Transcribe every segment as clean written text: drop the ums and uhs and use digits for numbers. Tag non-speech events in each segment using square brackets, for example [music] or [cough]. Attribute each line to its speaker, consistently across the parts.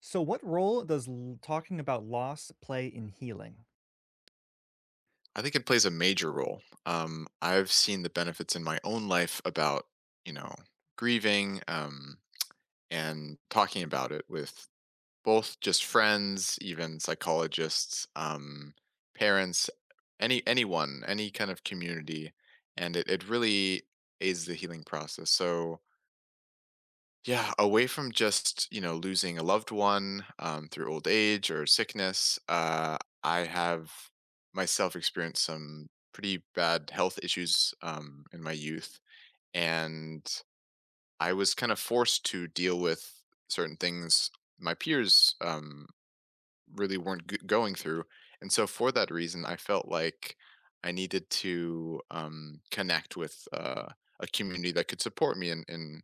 Speaker 1: So, what role does talking about loss play in healing?
Speaker 2: I think it plays a major role. I've seen the benefits in my own life about, you know, grieving and talking about it with both just friends, even psychologists, parents, anyone, any kind of community, and it really aids the healing process. So yeah, away from just, losing a loved one through old age or sickness, I have myself experienced some pretty bad health issues in my youth. And I was kind of forced to deal with certain things my peers really weren't going through. And so for that reason, I felt like I needed to connect with a community that could support me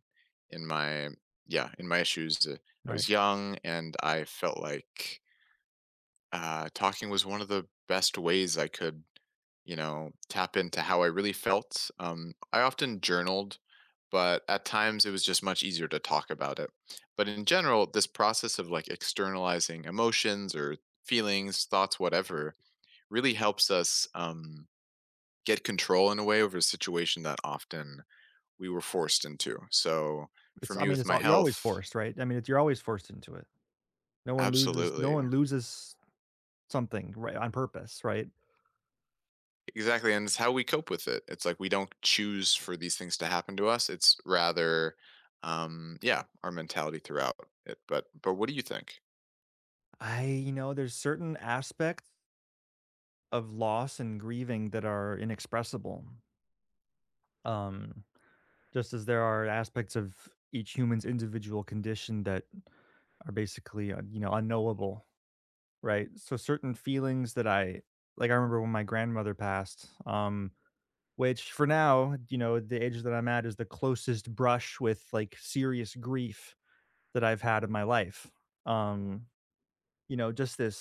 Speaker 2: in my yeah in my issues. I
Speaker 1: Right.
Speaker 2: was young, and I felt like talking was one of the best ways I could tap into how I really felt. I often journaled but at times it was just much easier to talk about it. But in general, this process of like externalizing emotions or feelings, thoughts, whatever, really helps us get control in a way over a situation that often we were forced into. So for
Speaker 1: It's I
Speaker 2: me,
Speaker 1: mean
Speaker 2: with
Speaker 1: it's
Speaker 2: my
Speaker 1: all you're always
Speaker 2: health,
Speaker 1: forced, right? You're always forced into it. No one loses no
Speaker 2: absolutely.
Speaker 1: one loses something right on purpose, right?
Speaker 2: Exactly. And it's how we cope with it. It's like we don't choose for these things to happen to us. It's rather, yeah, our mentality throughout it. But what do you think?
Speaker 1: I you know There's certain aspects of loss and grieving that are inexpressible. Um just as there are aspects of each human's individual condition that are basically unknowable, right? So certain feelings that I remember when my grandmother passed. Which for now, you know, the age that I'm at is the closest brush with, like, serious grief that I've had in my life. Um, you know, just this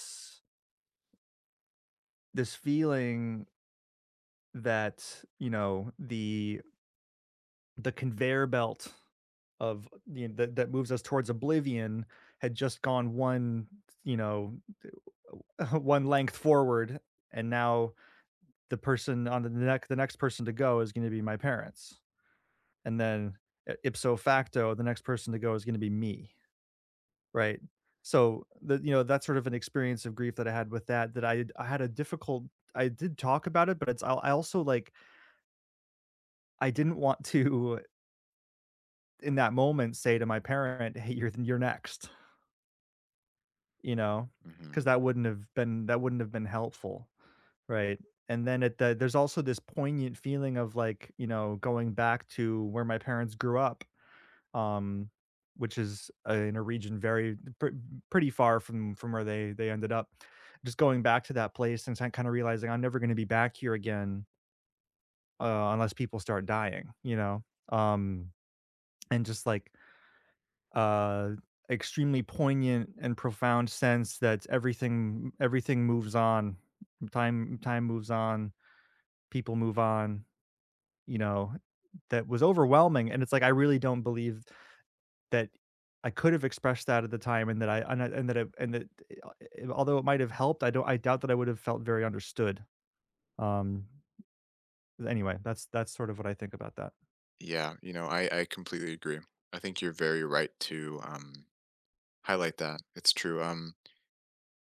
Speaker 1: this feeling that, you know, the conveyor belt of, you know, that that moves us towards oblivion had just gone one, you know, [laughs] one length forward, and now the person on the neck the next person to go is gonna be my parents, and then ipso facto the next person to go is going to be me, right? So the you know that's sort of an experience of grief that I had with that. I had a difficult— I did talk about it, but I also, like, I didn't want to in that moment say to my parent, "Hey, you're next," you know, because
Speaker 2: Mhm.
Speaker 1: that wouldn't have been helpful, right? And then there's also this poignant feeling of, like, you know, going back to where my parents grew up, um, which is, in a region very pretty far from where they ended up. Just going back to that place and kinda realizing I'm never gonna be back here again, unless people start dying, you know? And just, like, uh, extremely poignant and profound sense that everything moves on. Time moves on, people move on, you know? That was overwhelming, and it's like, I really don't believe that I could have expressed that at the time, and that I and that eh, eh, although it might have helped, I don't I doubt that I would have felt very understood. Um, anyway, that's sort of what I think about that.
Speaker 2: Yeah, you know, I completely agree. I think you're very right to highlight that. It's true.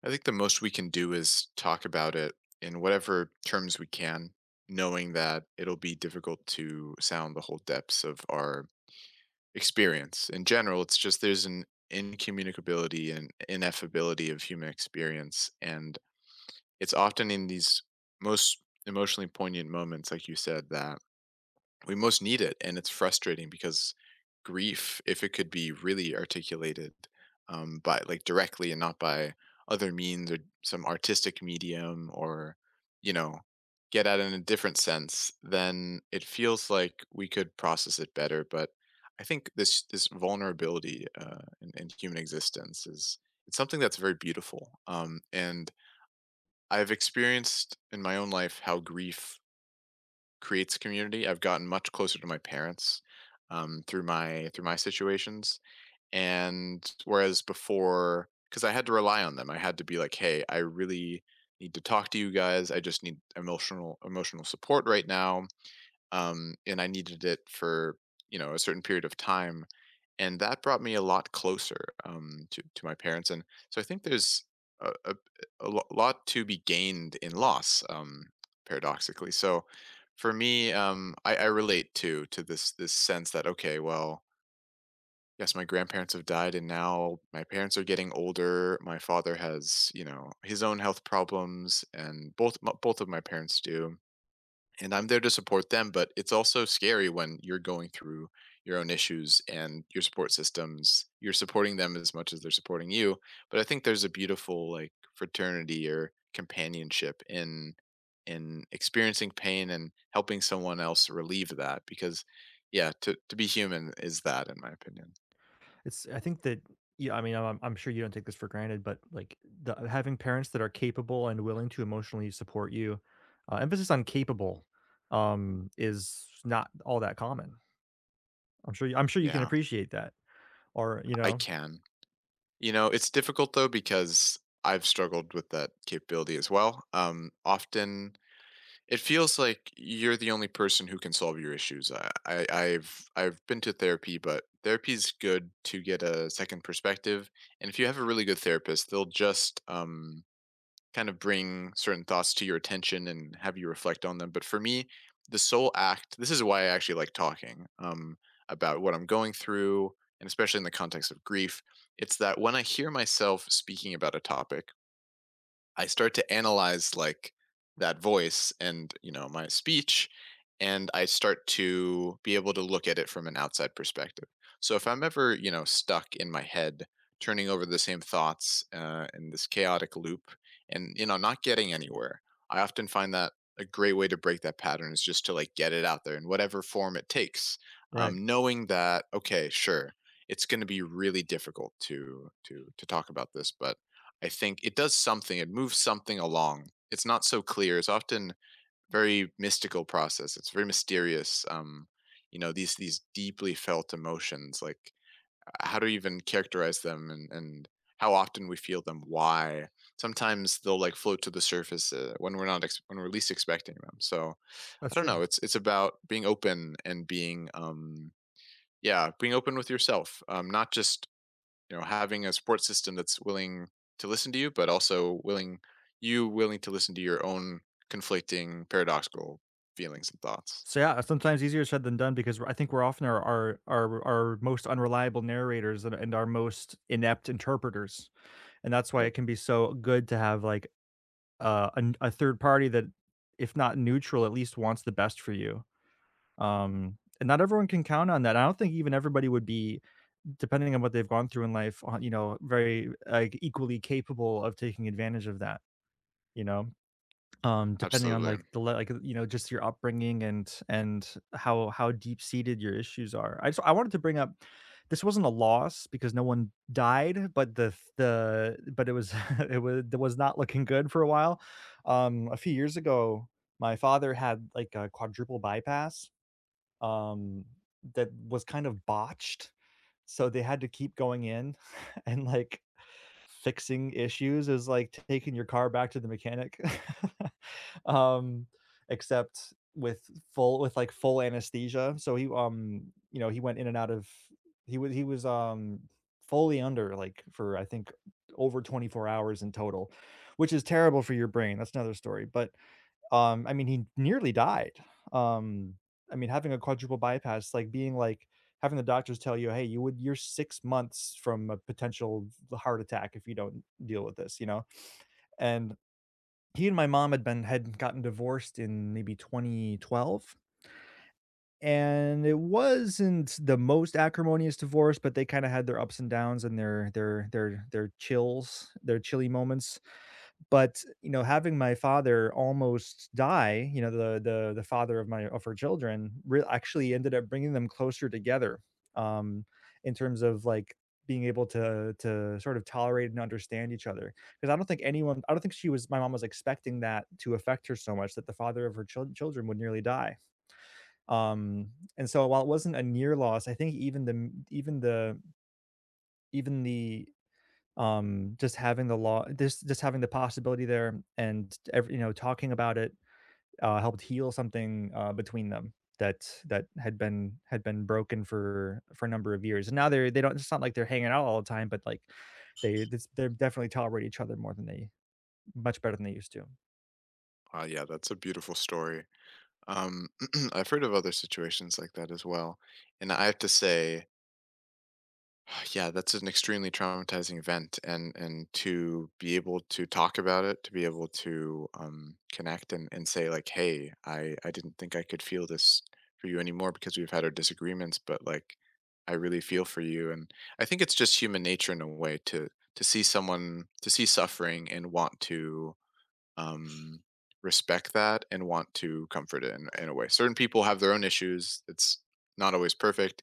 Speaker 2: I think the most we can do is talk about it in whatever terms we can, knowing that it'll be difficult to sound the whole depths of our experience. In general, it's just there's an incommunicability and ineffability of human experience. And it's often in these most emotionally poignant moments, like you said, that we most need it, and it's frustrating because grief, if it could be really articulated by like directly and not by other means or some artistic medium or you know get at it in a different sense, then it feels like we could process it better. But I think this vulnerability in human existence is it's something that's very beautiful. And I've experienced in my own life how grief creates community. I've gotten much closer to my parents through my situations, and whereas before, because I had to rely on them, I had to be like, "Hey, I really need to talk to you guys. I just need emotional support right now, and I needed it for a certain period of time." And that brought me a lot closer to my parents. And so I think there's a, a, lot to be gained in loss, paradoxically. So for me, I relate to this sense that okay, well, yes, my grandparents have died, and now my parents are getting older. My father has his own health problems, and both of my parents do and I'm there to support them, but it's also scary when you're going through your own issues and your support systems. You're supporting them as much as they're supporting you, but I think there's a beautiful like fraternity or companionship in experiencing pain and helping someone else relieve that because yeah, to be human is that in my opinion.
Speaker 1: It's I think that yeah, I mean, I'm sure you don't take this for granted, but, like, the having parents that are capable and willing to emotionally support you, emphasis on capable, is not all that common. I'm sure you can
Speaker 2: Yeah,
Speaker 1: appreciate that, or, you
Speaker 2: I
Speaker 1: know,
Speaker 2: can. You know, it's difficult though because I've struggled with that capability as well. Often it feels like you're the only person who can solve your issues. I've been to therapy, but therapy's good to get a second perspective. And if you have a really good therapist, they'll just kind of bring certain thoughts to your attention and have you reflect on them. But for me, the sole act, this is why I actually like talking about what I'm going through, and especially in the context of grief, it's that when I hear myself speaking about a topic, I start to analyze like that voice and my speech and I start to be able to look at it from an outside perspective. So if I'm ever, you know, stuck in my head, turning over the same thoughts in this chaotic loop, and you know, not getting anywhere, I often find that a great way to break that pattern is just to like get it out there in whatever form it takes,
Speaker 1: right?
Speaker 2: knowing that okay, sure, it's going to be really difficult to talk about this, but I think it does something, it moves something along. It's not so clear. It's often very mystical process. It's very mysterious. You know, these deeply felt emotions, like how to even characterize them and how often we feel them, why. Sometimes they'll like float to the surface when we're not ex- when we're least expecting them. So
Speaker 1: That's
Speaker 2: I don't
Speaker 1: true.
Speaker 2: know. It's about being open and being yeah, being open with yourself. Not just having a support system that's willing to listen to you but also willing you willing to listen to your own conflicting paradoxical feelings and thoughts
Speaker 1: So, yeah, sometimes easier said than done, because I think we're often our most unreliable narrators, and our most inept interpreters, and that's why
Speaker 2: yep
Speaker 1: it can be so good to have, like, a third party that, if not neutral, at least wants the best for you. And not everyone can count on that. I don't think even everybody would be, depending on what they've gone through in life, you know, very, like, equally capable of taking advantage of that, you know? Depending on,
Speaker 2: absolutely.
Speaker 1: like, you know, just your upbringing and how deep-seated your issues are. I wanted to bring up— this wasn't a loss because no one died, but the but it was [laughs] it was— that was not looking good for a while. A few years ago, my father had, like, a quadruple bypass, um, that was kind of botched, so they had to keep going in [laughs] and, like, fixing issues, is like taking your car back to the mechanic. [laughs] um, Except with full with like full anesthesia. So he, you know, he went in and out of— he was fully under, like, for, I think, over 24 hours in total, which is terrible for your brain. That's another story. But, I mean, he nearly died. Um, I mean, having a quadruple bypass, like being like having the doctors tell you, "Hey, you're 6 months from a potential heart attack if you don't deal with this," you know? And he and my mom had gotten divorced in maybe 2012, and it wasn't the most acrimonious divorce, but they kinda had their ups and downs and their chills, their chilly moments. But, you know, having my father almost die, you know, the father of my of her children, re actually ended up bringing them closer together, um, in terms of, like, being able to sort of tolerate and understand each other. Because I don't think she was my mom was expecting that to affect her so much, that the father of her children would nearly die. And so while it wasn't a near loss, I think even the even the even the just having the law just having the possibility there, and ev you know, talking about it, helped heal something, between them, that had been— had been broken for a number of years, and now they're they don't it's not like they're hanging out all the time, but, like, they definitely tolerate each other more than they much better than they used to.
Speaker 2: Yeah, that's a beautiful story. um, [clears throat] I've heard of other situations like that as well, and I have to say [sighs] yeah, that's an extremely traumatizing event, and to be able to talk about it, to be able to connect and say like, "Hey, I didn't think I could feel this for you anymore because we've had our disagreements, but like, I really feel for you." And I think it's just human nature in a way to see someone to see suffering and want to um, respect that and want to comfort it in a way. Certain people have their own issues. It's not always perfect.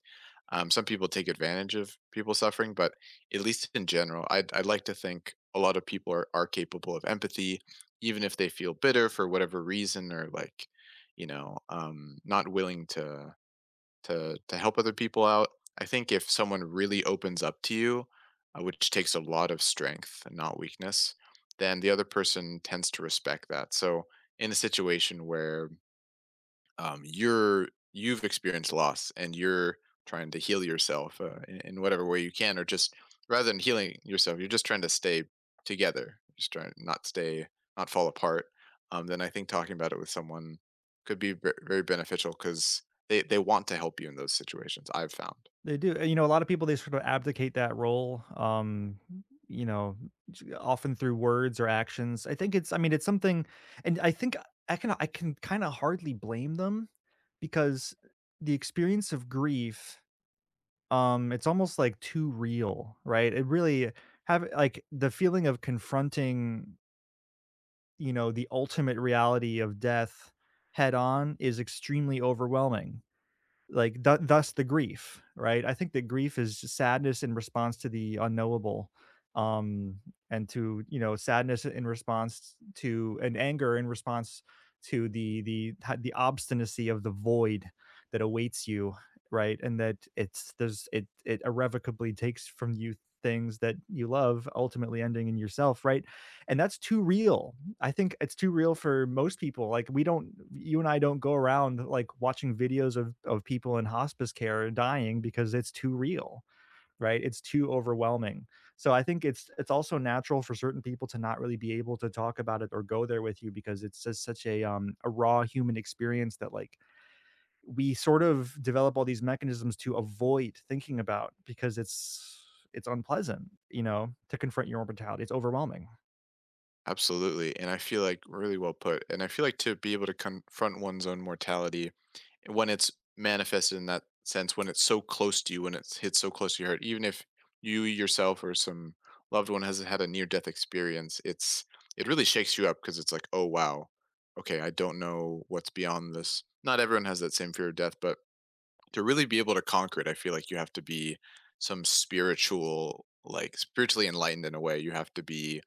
Speaker 2: Some people take advantage of people suffering, but at least in general, I'd like to think a lot of people are capable of empathy, even if they feel bitter for whatever reason or like, you know, not willing to help other people out. I think if someone really opens up to you, which takes a lot of strength and not weakness, then the other person tends to respect that. So in a situation where you're you've experienced loss and you're trying to heal yourself in whatever way you can or just rather than healing yourself you're just trying to stay together just trying not stay not fall apart then I think talking about it with someone could be very beneficial because they want to help you in those situations I've found.
Speaker 1: They do. You know, a lot of people, they sort of abdicate that role, you know, often through words or actions. I mean, it's something, and I think I can kind of hardly blame them, because the experience of grief, it's almost like too real, right? It really— have, like, the feeling of confronting, you know, the ultimate reality of death head on is extremely overwhelming, like, thus the grief, right? I think that grief is just sadness in response to the unknowable, um and to, you know, sadness in response to, and anger in response to the obstinacy of the void that awaits you, right? And that it's— there's it it irrevocably takes from you things that you love, ultimately ending in yourself, right? And that's too real. I think it's too real for most people. Like, we don't you and I don't go around, like, watching videos of people in hospice care dying because it's too real, right? It's too overwhelming. So I think it's also natural for certain people to not really be able to talk about it or go there with you, because it's just such a, a raw human experience that, like, we sort of develop all these mechanisms to avoid thinking about, because it's unpleasant, you know, to confront your own mortality. It's overwhelming.
Speaker 2: Absolutely, and I feel like really well put. And I feel like to be able to confront one's own mortality when it's manifested in that sense, when it's so close to you, when it hits so close to your heart, even if you yourself or some loved one has had a near death experience, it's it really shakes you up because it's like, oh wow, okay, I don't know what's beyond this. Not everyone has that same fear of death, but to really be able to conquer it, I feel like you have to be some spiritual, like spiritually enlightened in a way. You have to be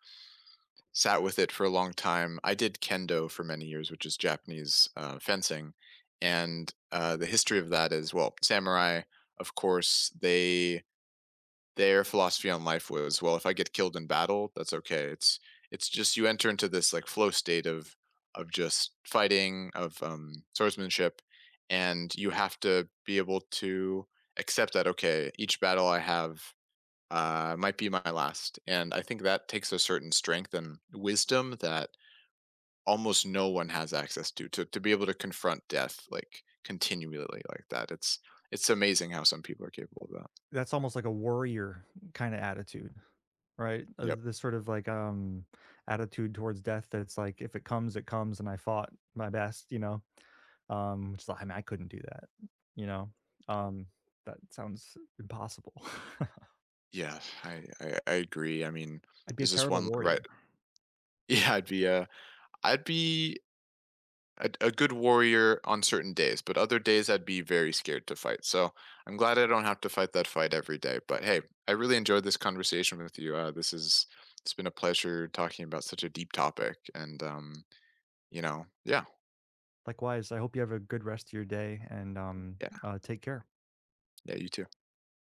Speaker 2: sat with it for a long time. I did kendo for many years, which is Japanese fencing, and the history of that is well, samurai, of course, they their philosophy on life was well, if I get killed in battle, that's okay. It's just you enter into this like flow state of just fighting, of swordsmanship, and you have to be able to accept that okay, each battle I have might be my last. And I think that takes a certain strength and wisdom that almost no one has access to to be able to confront death like continually like that. It's amazing how some people are capable of that.
Speaker 1: That's almost like a warrior kinda attitude, right?
Speaker 2: Yep.
Speaker 1: This sort of, like, attitude towards death that's like, "If it comes, it comes, and I fought my best," you know? Which is like, I mean, I couldn't do that, you know? Um, that sounds impossible. [laughs]
Speaker 2: Yeah, I agree. I mean,
Speaker 1: I'd be a
Speaker 2: there's this
Speaker 1: terrible
Speaker 2: one
Speaker 1: warrior.
Speaker 2: right. [laughs] Yeah, I'd be a good warrior on certain days, but other days I'd be very scared to fight. So I'm glad I don't have to fight that fight every day. But hey, I really enjoyed this conversation with you. This is it's been a pleasure talking about such a deep topic, and you know, yeah,
Speaker 1: Likewise, I hope you have a good rest of your day and,
Speaker 2: yeah,
Speaker 1: take care.
Speaker 2: yeah, you too.